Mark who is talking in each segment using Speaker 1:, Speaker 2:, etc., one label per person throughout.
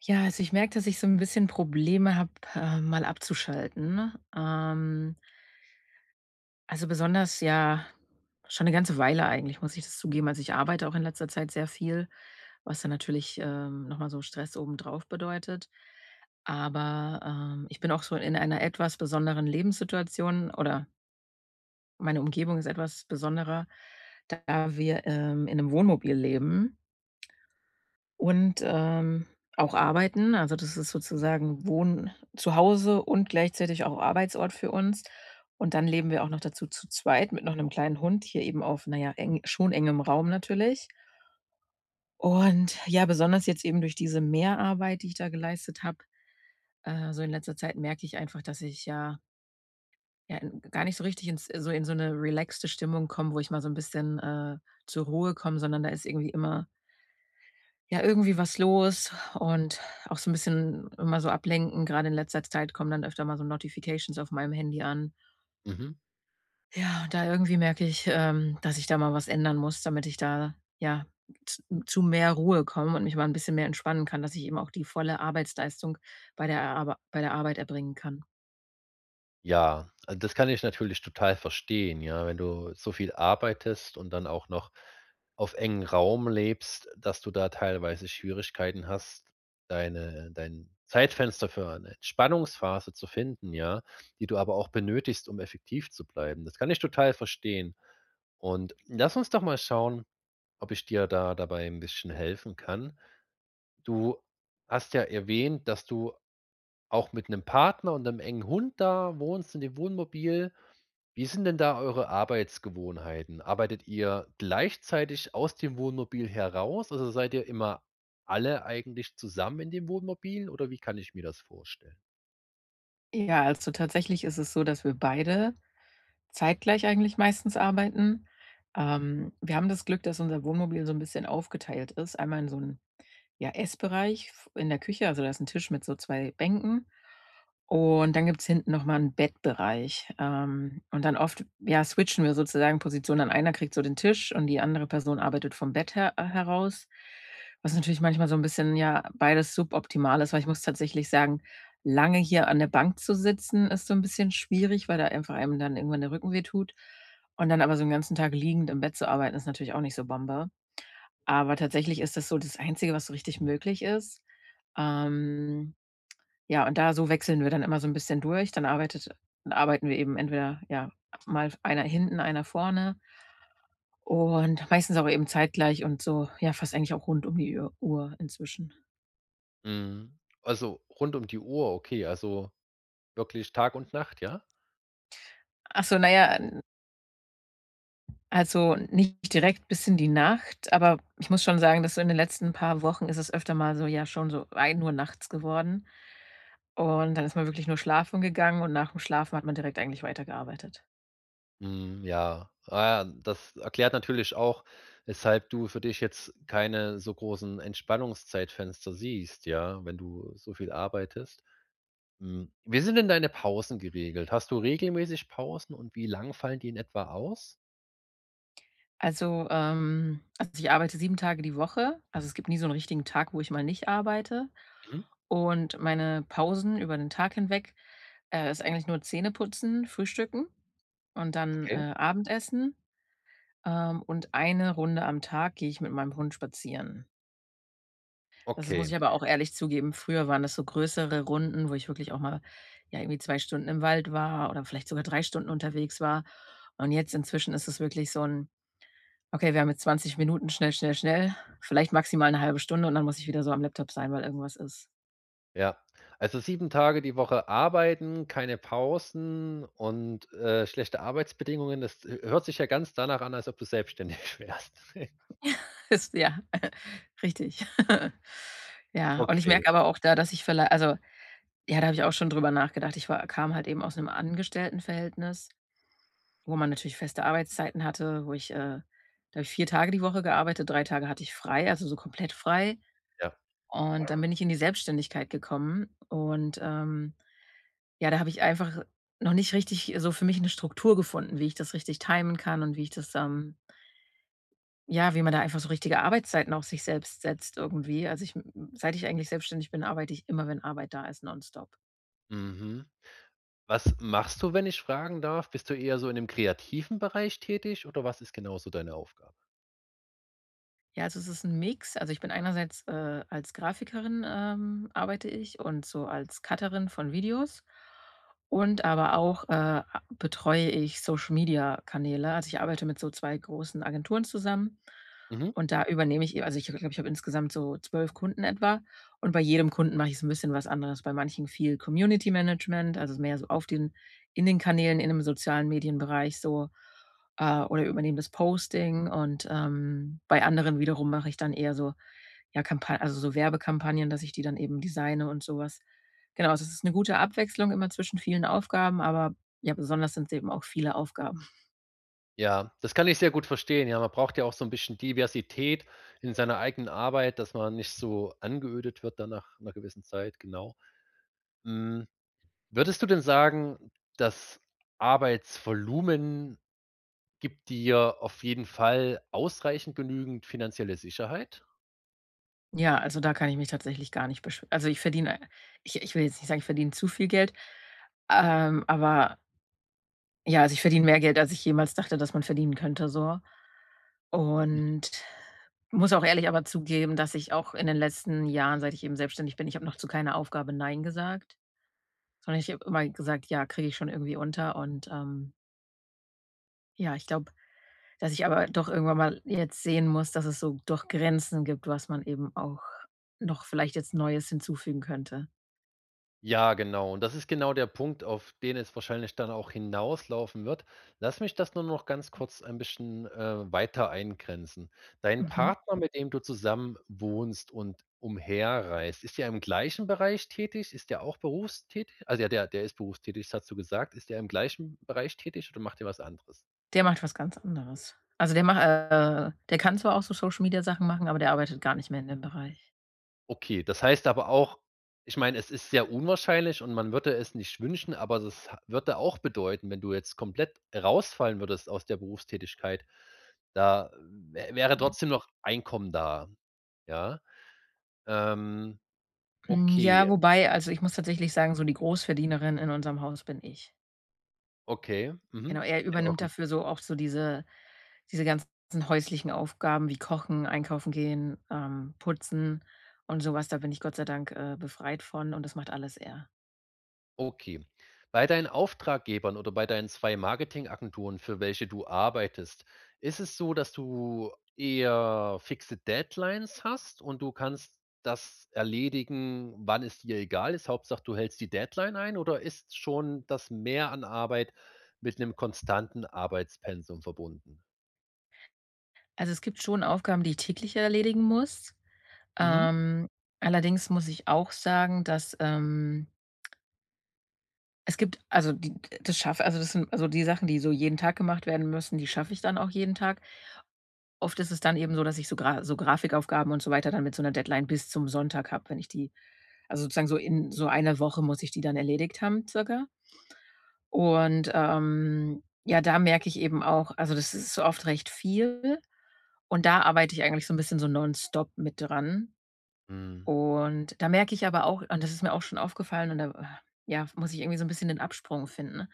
Speaker 1: Ja, also ich merke, dass ich so ein bisschen Probleme habe, mal abzuschalten. Also besonders, ja, schon eine ganze Weile eigentlich, muss ich das zugeben. Also ich arbeite auch in letzter Zeit sehr viel, was dann natürlich, noch mal so Stress obendrauf bedeutet. Aber, ich bin auch so in einer etwas besonderen Lebenssituation, oder meine Umgebung ist etwas besonderer, da wir, in einem Wohnmobil leben. Und auch arbeiten. Also, das ist sozusagen Wohn zu Hause und gleichzeitig auch Arbeitsort für uns. Und dann leben wir auch noch dazu zu zweit mit noch einem kleinen Hund, hier eben auf, naja, eng, schon engem Raum natürlich. Und ja, besonders jetzt eben durch diese Mehrarbeit, die ich da geleistet habe, so in letzter Zeit merke ich einfach, dass ich ja in gar nicht so richtig ins so in so eine relaxte Stimmung komme, wo ich mal so ein bisschen, zur Ruhe komme, sondern da ist irgendwie immer, Ja, irgendwie was los und auch so ein bisschen immer so ablenken. Gerade in letzter Zeit kommen dann öfter mal so Notifications auf meinem Handy an.
Speaker 2: Mhm.
Speaker 1: Ja, da irgendwie merke ich, dass ich da mal was ändern muss, damit ich da, ja, z zu mehr Ruhe komme und mich mal ein bisschen mehr entspannen kann, dass ich eben auch die volle Arbeitsleistung bei der Arbeit erbringen kann.
Speaker 2: Ja, also, das kann ich natürlich total verstehen, ja, wenn du so viel arbeitest und dann auch noch auf engem Raum lebst, dass du da teilweise Schwierigkeiten hast, dein Zeitfenster für eine Entspannungsphase zu finden, ja, die du aber auch benötigst, um effektiv zu bleiben. Das kann ich total verstehen. Und lass uns doch mal schauen, ob ich dir da dabei ein bisschen helfen kann. Du hast ja erwähnt, dass du auch mit 'nem Partner und 'nem engen Hund da wohnst, in dem Wohnmobil. Wie sind denn da eure Arbeitsgewohnheiten? Arbeitet ihr gleichzeitig aus dem Wohnmobil heraus? Also, seid ihr immer alle eigentlich zusammen in dem Wohnmobil oder wie kann ich mir das vorstellen?
Speaker 1: Ja, also tatsächlich ist es so, dass wir beide zeitgleich eigentlich meistens arbeiten. Wir haben das Glück, dass unser Wohnmobil so ein bisschen aufgeteilt ist. Einmal in so 'n Ja, Essbereich f in der Küche, also da ist ein Tisch mit so 2 Bänken, und dann gibt's hinten noch mal 'n Bettbereich. Und dann oft, ja, switchen wir sozusagen Positionen, dann einer kriegt so den Tisch und die andere Person arbeitet vom Bett her heraus, was natürlich manchmal so ein bisschen, ja, beides suboptimal ist, weil ich muss tatsächlich sagen, lange hier an der Bank zu sitzen, ist so ein bisschen schwierig, weil da einfach einem dann irgendwann der Rücken wehtut. Und dann aber so 'n ganzen Tag liegend im Bett zu arbeiten, ist natürlich auch nicht so Bombe. Aber tatsächlich ist das so das Einzige, was so richtig möglich ist. Ähm, ja, und da so wechseln wir dann immer so ein bisschen durch. Dann arbeitet arbeiten wir eben entweder, ja, mal einer hinten, einer vorne, und meistens auch eben zeitgleich und so, ja, fast eigentlich auch rund um die Ü Uhr inzwischen.
Speaker 2: Mhm. Also, rund um die Uhr, okay, also wirklich Tag und Nacht, ja?
Speaker 1: Achso, naja, also nicht direkt bis in die Nacht, aber ich muss schon sagen, dass so in den letzten paar Wochen ist es öfter mal so, ja, schon so 1 Uhr nachts geworden, und dann ist man wirklich nur schlafen gegangen und nach dem Schlafen hat man direkt eigentlich weitergearbeitet.
Speaker 2: Mhm, ja. Ah, das erklärt natürlich auch, weshalb du für dich jetzt keine so großen Entspannungszeitfenster siehst, ja, wenn du so viel arbeitest. Hm, wie sind denn deine Pausen geregelt? Hast du regelmäßig Pausen und wie lang fallen die in etwa aus?
Speaker 1: Also, ich arbeite 7 Tage die Woche. Also, es gibt nie so einen richtigen Tag, wo ich mal nicht arbeite.
Speaker 2: Mhm,
Speaker 1: Und meine Pausen über den Tag hinweg, ist eigentlich nur Zähneputzen, Frühstücken und dann,
Speaker 2: okay.
Speaker 1: Abendessen. Und eine Runde am Tag gehe ich mit meinem Hund spazieren. Das muss
Speaker 2: Okay,
Speaker 1: ich aber auch ehrlich zugeben, früher waren das so größere Runden, wo ich wirklich auch mal, ja, irgendwie 2 Stunden im Wald war oder vielleicht sogar 3 Stunden unterwegs war. Und jetzt inzwischen ist es wirklich so ein Okay, wir haben jetzt 20 Minuten, schnell, schnell, schnell. Vielleicht maximal eine halbe Stunde, und dann muss ich wieder so am Laptop sein, weil irgendwas ist.
Speaker 2: ja. Also 7 Tage die Woche arbeiten, keine Pausen und schlechte Arbeitsbedingungen. Das h hört sich ja ganz danach an, als ob du selbstständig wärst.
Speaker 1: Ist ja, richtig. Ja, und ich
Speaker 2: Okay,
Speaker 1: merke aber auch da, dass ich vielleicht, also, ja, da habe ich auch schon drüber nachgedacht. Ich war kam halt eben aus einem Angestelltenverhältnis, wo man natürlich feste Arbeitszeiten hatte, wo ich, da habe ich 4 Tage die Woche gearbeitet, 3 Tage hatte ich frei, also so komplett frei.
Speaker 2: ja.
Speaker 1: Und dann bin ich in die Selbstständigkeit gekommen und, ja, da habe ich einfach noch nicht richtig so für mich 'ne Struktur gefunden, wie ich das richtig timen kann und wie ich das, ja, wie man da einfach so richtige Arbeitszeiten auch sich selbst setzt irgendwie. Also, ich m seit ich eigentlich selbstständig bin, arbeite ich immer, wenn Arbeit da ist, nonstop.
Speaker 2: Mhm. Was machst du, wenn ich fragen darf? Bist du eher so in dem kreativen Bereich tätig oder was ist genau so deine Aufgabe?
Speaker 1: Ja, also es ist ein Mix. Also, ich bin einerseits, als Grafikerin, arbeite ich und so als Cutterin von Videos, und aber auch, betreue ich Social-Media-Kanäle. Also, ich arbeite mit so 2 großen Agenturen zusammen,
Speaker 2: Mhm.
Speaker 1: und da übernehme ich eben, also, ich glaube, ich habe insgesamt so 12 Kunden etwa, und bei jedem Kunden mache ich so ein bisschen was anderes. Bei manchen viel Community Management, also mehr so auf den, in den Kanälen, in dem sozialen Medienbereich so, oder übernehme das Posting und, bei anderen wiederum mache ich dann eher so, ja, Kampa also so Werbekampagnen, dass ich die dann eben designe und sowas. Genau, also es ist 'ne gute Abwechslung immer zwischen vielen Aufgaben, aber ja, besonders sind's eben auch viele Aufgaben.
Speaker 2: Ja, das kann ich sehr gut verstehen. Ja, man braucht ja auch so ein bisschen Diversität in seiner eigenen Arbeit, dass man nicht so angeödet wird dann nach 'ner gewissen Zeit, genau. Hm, würdest du denn sagen, das Arbeitsvolumen gibt dir auf jeden Fall ausreichend genügend finanzielle Sicherheit?
Speaker 1: Ja, also da kann ich mich tatsächlich gar nicht beschw also ich verdiene ich ich will jetzt nicht sagen, ich verdiene zu viel Geld, aber ja, also ich verdiene mehr Geld, als ich jemals dachte, dass man verdienen könnte so. Und muss auch ehrlich aber zugeben, dass ich auch in den letzten Jahren, seit ich eben selbstständig bin, ich habe noch zu keiner Aufgabe „Nein“ gesagt, sondern ich habe immer gesagt: „Ja, kriege ich schon irgendwie unter“, und, ja, ich glaube, dass ich aber doch irgendwann mal jetzt sehen muss, dass es so doch Grenzen gibt, was man eben auch noch vielleicht jetzt Neues hinzufügen könnte.
Speaker 2: Ja, genau. Und das ist genau der Punkt, auf den es wahrscheinlich dann auch hinauslaufen wird. Lass mich das nur noch ganz kurz ein bisschen weiter eingrenzen. Dein
Speaker 1: Mhm.
Speaker 2: Partner, mit dem du zusammen wohnst und umherreist, ist der im gleichen Bereich tätig? Ist der auch berufstätig? Also ja, der ist berufstätig, das hast du gesagt. Ist der im gleichen Bereich tätig oder macht er was anderes?
Speaker 1: Der macht was ganz anderes. Also, der macht der kann zwar auch so Social Media Sachen machen, aber der arbeitet gar nicht mehr in dem Bereich.
Speaker 2: Okay, das heißt aber auch, ich meine, es ist sehr unwahrscheinlich und man würde es nicht wünschen, aber das ha würde auch bedeuten, wenn du jetzt komplett rausfallen würdest aus der Berufstätigkeit, da wä wäre trotzdem noch Einkommen da, ja? Ähm,
Speaker 1: Hm,
Speaker 2: okay,
Speaker 1: ja, wobei, also, ich muss tatsächlich sagen, so die Großverdienerin in unserem Haus bin ich.
Speaker 2: okay,
Speaker 1: Genau,
Speaker 2: mhm.
Speaker 1: er übernimmt dafür so auch so diese ganzen häuslichen Aufgaben wie Kochen, einkaufen gehen, putzen und sowas. Da bin ich Gott sei Dank, befreit von, und das macht alles er.
Speaker 2: Okay. Bei deinen Auftraggebern oder bei deinen 2 Marketingagenturen, für welche du arbeitest, ist es so, dass du eher fixe Deadlines hast und du kannst das erledigen, wann es dir egal ist? Hauptsache, du hältst die Deadline ein oder ist schon das Mehr an Arbeit mit einem konstanten Arbeitspensum verbunden?
Speaker 1: Also, es gibt schon Aufgaben, die ich täglich erledigen muss.
Speaker 2: Mhm.
Speaker 1: Ähm, allerdings muss ich auch sagen, dass, es gibt, also, die das schaffe, also, das sind, also, die Sachen, die so jeden Tag gemacht werden müssen, die schaffe ich dann auch jeden Tag. Oft ist es dann eben so, dass ich so Grafikaufgaben und so weiter dann mit so einer Deadline bis zum Sonntag habe, wenn ich die, also sozusagen so in so einer Woche muss ich die dann erledigt haben, circa. Und, ja, da merke ich eben auch, also das ist so oft recht viel, und da arbeite ich eigentlich so ein bisschen so nonstop mit dran.
Speaker 2: Mhm.
Speaker 1: Und da merke ich aber auch, und das ist mir auch schon aufgefallen, und da, ja, muss ich irgendwie so ein bisschen den Absprung finden,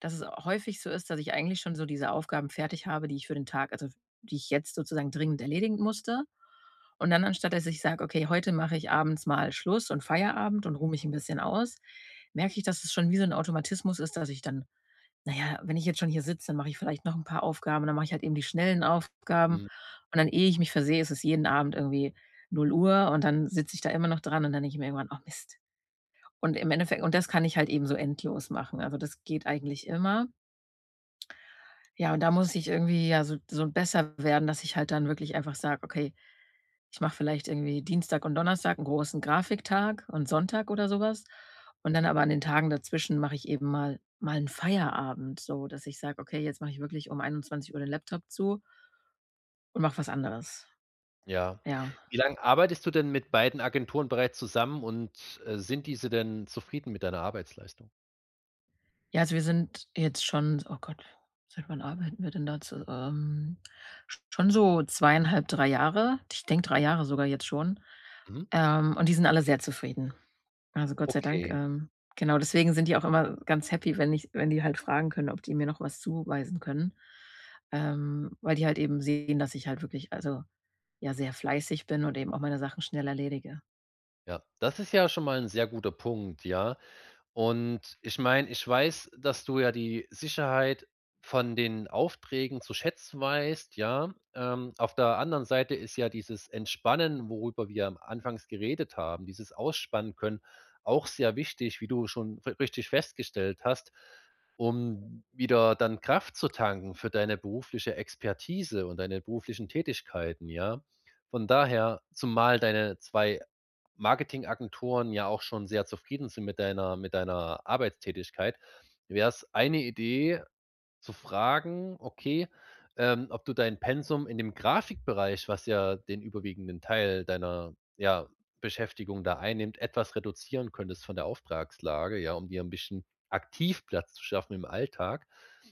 Speaker 1: dass es häufig so ist, dass ich eigentlich schon so diese Aufgaben fertig habe, die ich für den Tag, also die ich jetzt sozusagen dringend erledigen musste. Und dann, anstatt dass ich sage: „Okay, heute mache ich abends mal Schluss und Feierabend und ruhe mich ein bisschen aus“, merke ich, dass es schon wie so ein Automatismus ist, dass ich dann, naja, wenn ich jetzt schon hier sitze, dann mache ich vielleicht noch ein paar Aufgaben, dann mache ich halt eben die schnellen Aufgaben,
Speaker 2: Mhm.
Speaker 1: und dann, ehe ich mich versehe, ist es jeden Abend irgendwie 0 Uhr, und dann sitze ich da immer noch dran und dann denke ich mir irgendwann: „Ach Mist.“ Und im Endeffekt, und das kann ich halt eben so endlos machen. Also, das geht eigentlich immer. Ja, und da muss ich irgendwie, ja, so besser werden, dass ich halt dann wirklich einfach sage: „Okay, ich mache vielleicht irgendwie Dienstag und Donnerstag einen großen Grafiktag und Sonntag oder sowas. Und dann aber an den Tagen dazwischen mache ich eben mal einen Feierabend, so dass ich sage: Okay, jetzt mache ich wirklich um 21 Uhr den Laptop zu und mache was anderes.“
Speaker 2: Ja.
Speaker 1: Ja.
Speaker 2: Wie lange arbeitest du denn mit beiden Agenturen bereits zusammen und sind diese denn zufrieden mit deiner Arbeitsleistung?
Speaker 1: Ja, also wir sind jetzt schon, oh Gott, seit wann arbeiten wir denn dazu? Schon so 2,5, 3 Jahre. Ich denke 3 Jahre sogar jetzt schon.
Speaker 2: Mhm.
Speaker 1: Und die sind alle sehr zufrieden. Also Gott sei Dank,
Speaker 2: Okay,
Speaker 1: genau deswegen sind die auch immer ganz happy, wenn ich wenn die halt fragen können, ob die mir noch was zuweisen können, weil die halt eben sehen, dass ich halt wirklich, also, ja, sehr fleißig bin und eben auch meine Sachen schnell erledige.
Speaker 2: ja. Das ist ja schon mal ein sehr guter Punkt, ja. Und ich meine, ich weiß, dass du ja die Sicherheit von den Aufträgen zu schätzen weißt, ja. Auf der anderen Seite ist ja dieses Entspannen, worüber wir am anfangs geredet haben, dieses Ausspannen können, auch sehr wichtig, wie du schon ri richtig festgestellt hast, um wieder dann Kraft zu tanken für deine berufliche Expertise und deine beruflichen Tätigkeiten, ja. Von daher, zumal deine 2 Marketingagenturen ja auch schon sehr zufrieden sind mit deiner Arbeitstätigkeit, wäre es eine Idee zu fragen, okay, ob du dein Pensum in dem Grafikbereich, was ja den überwiegenden Teil deiner, ja, Beschäftigung da einnimmt, etwas reduzieren könntest von der Auftragslage, ja, um dir ein bisschen Aktivplatz zu schaffen im Alltag.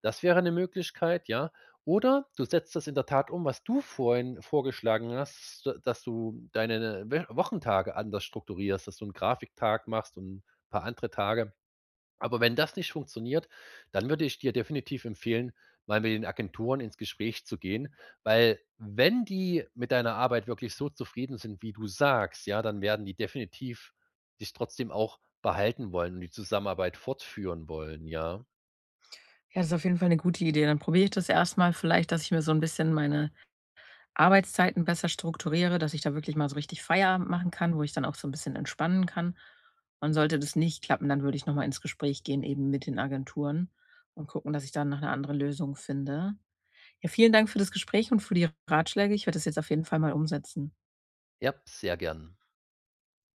Speaker 2: Das wäre eine Möglichkeit, ja. Oder du setzt das in der Tat um, was du vorhin vorgeschlagen hast, d dass du deine Wö Wochentage anders strukturierst, dass du einen Grafiktag machst und ein paar andere Tage. Aber wenn das nicht funktioniert, dann würde ich dir definitiv empfehlen, mal mit den Agenturen ins Gespräch zu gehen, weil wenn die mit deiner Arbeit wirklich so zufrieden sind, wie du sagst, ja, dann werden die definitiv dich trotzdem auch behalten wollen und die Zusammenarbeit fortführen wollen, ja.
Speaker 1: Ja, das ist auf jeden Fall eine gute Idee. Dann probiere ich das erstmal vielleicht, dass ich mir so ein bisschen meine Arbeitszeiten besser strukturiere, dass ich da wirklich mal so richtig Feierabend machen kann, wo ich dann auch so ein bisschen entspannen kann. Und sollte das nicht klappen, dann würde ich noch mal ins Gespräch gehen eben mit den Agenturen und gucken, dass ich dann noch 'ne andere Lösung finde. Ja, vielen Dank für das Gespräch und für die Ratschläge. Ich werde das jetzt auf jeden Fall mal umsetzen.
Speaker 2: Ja, sehr gern.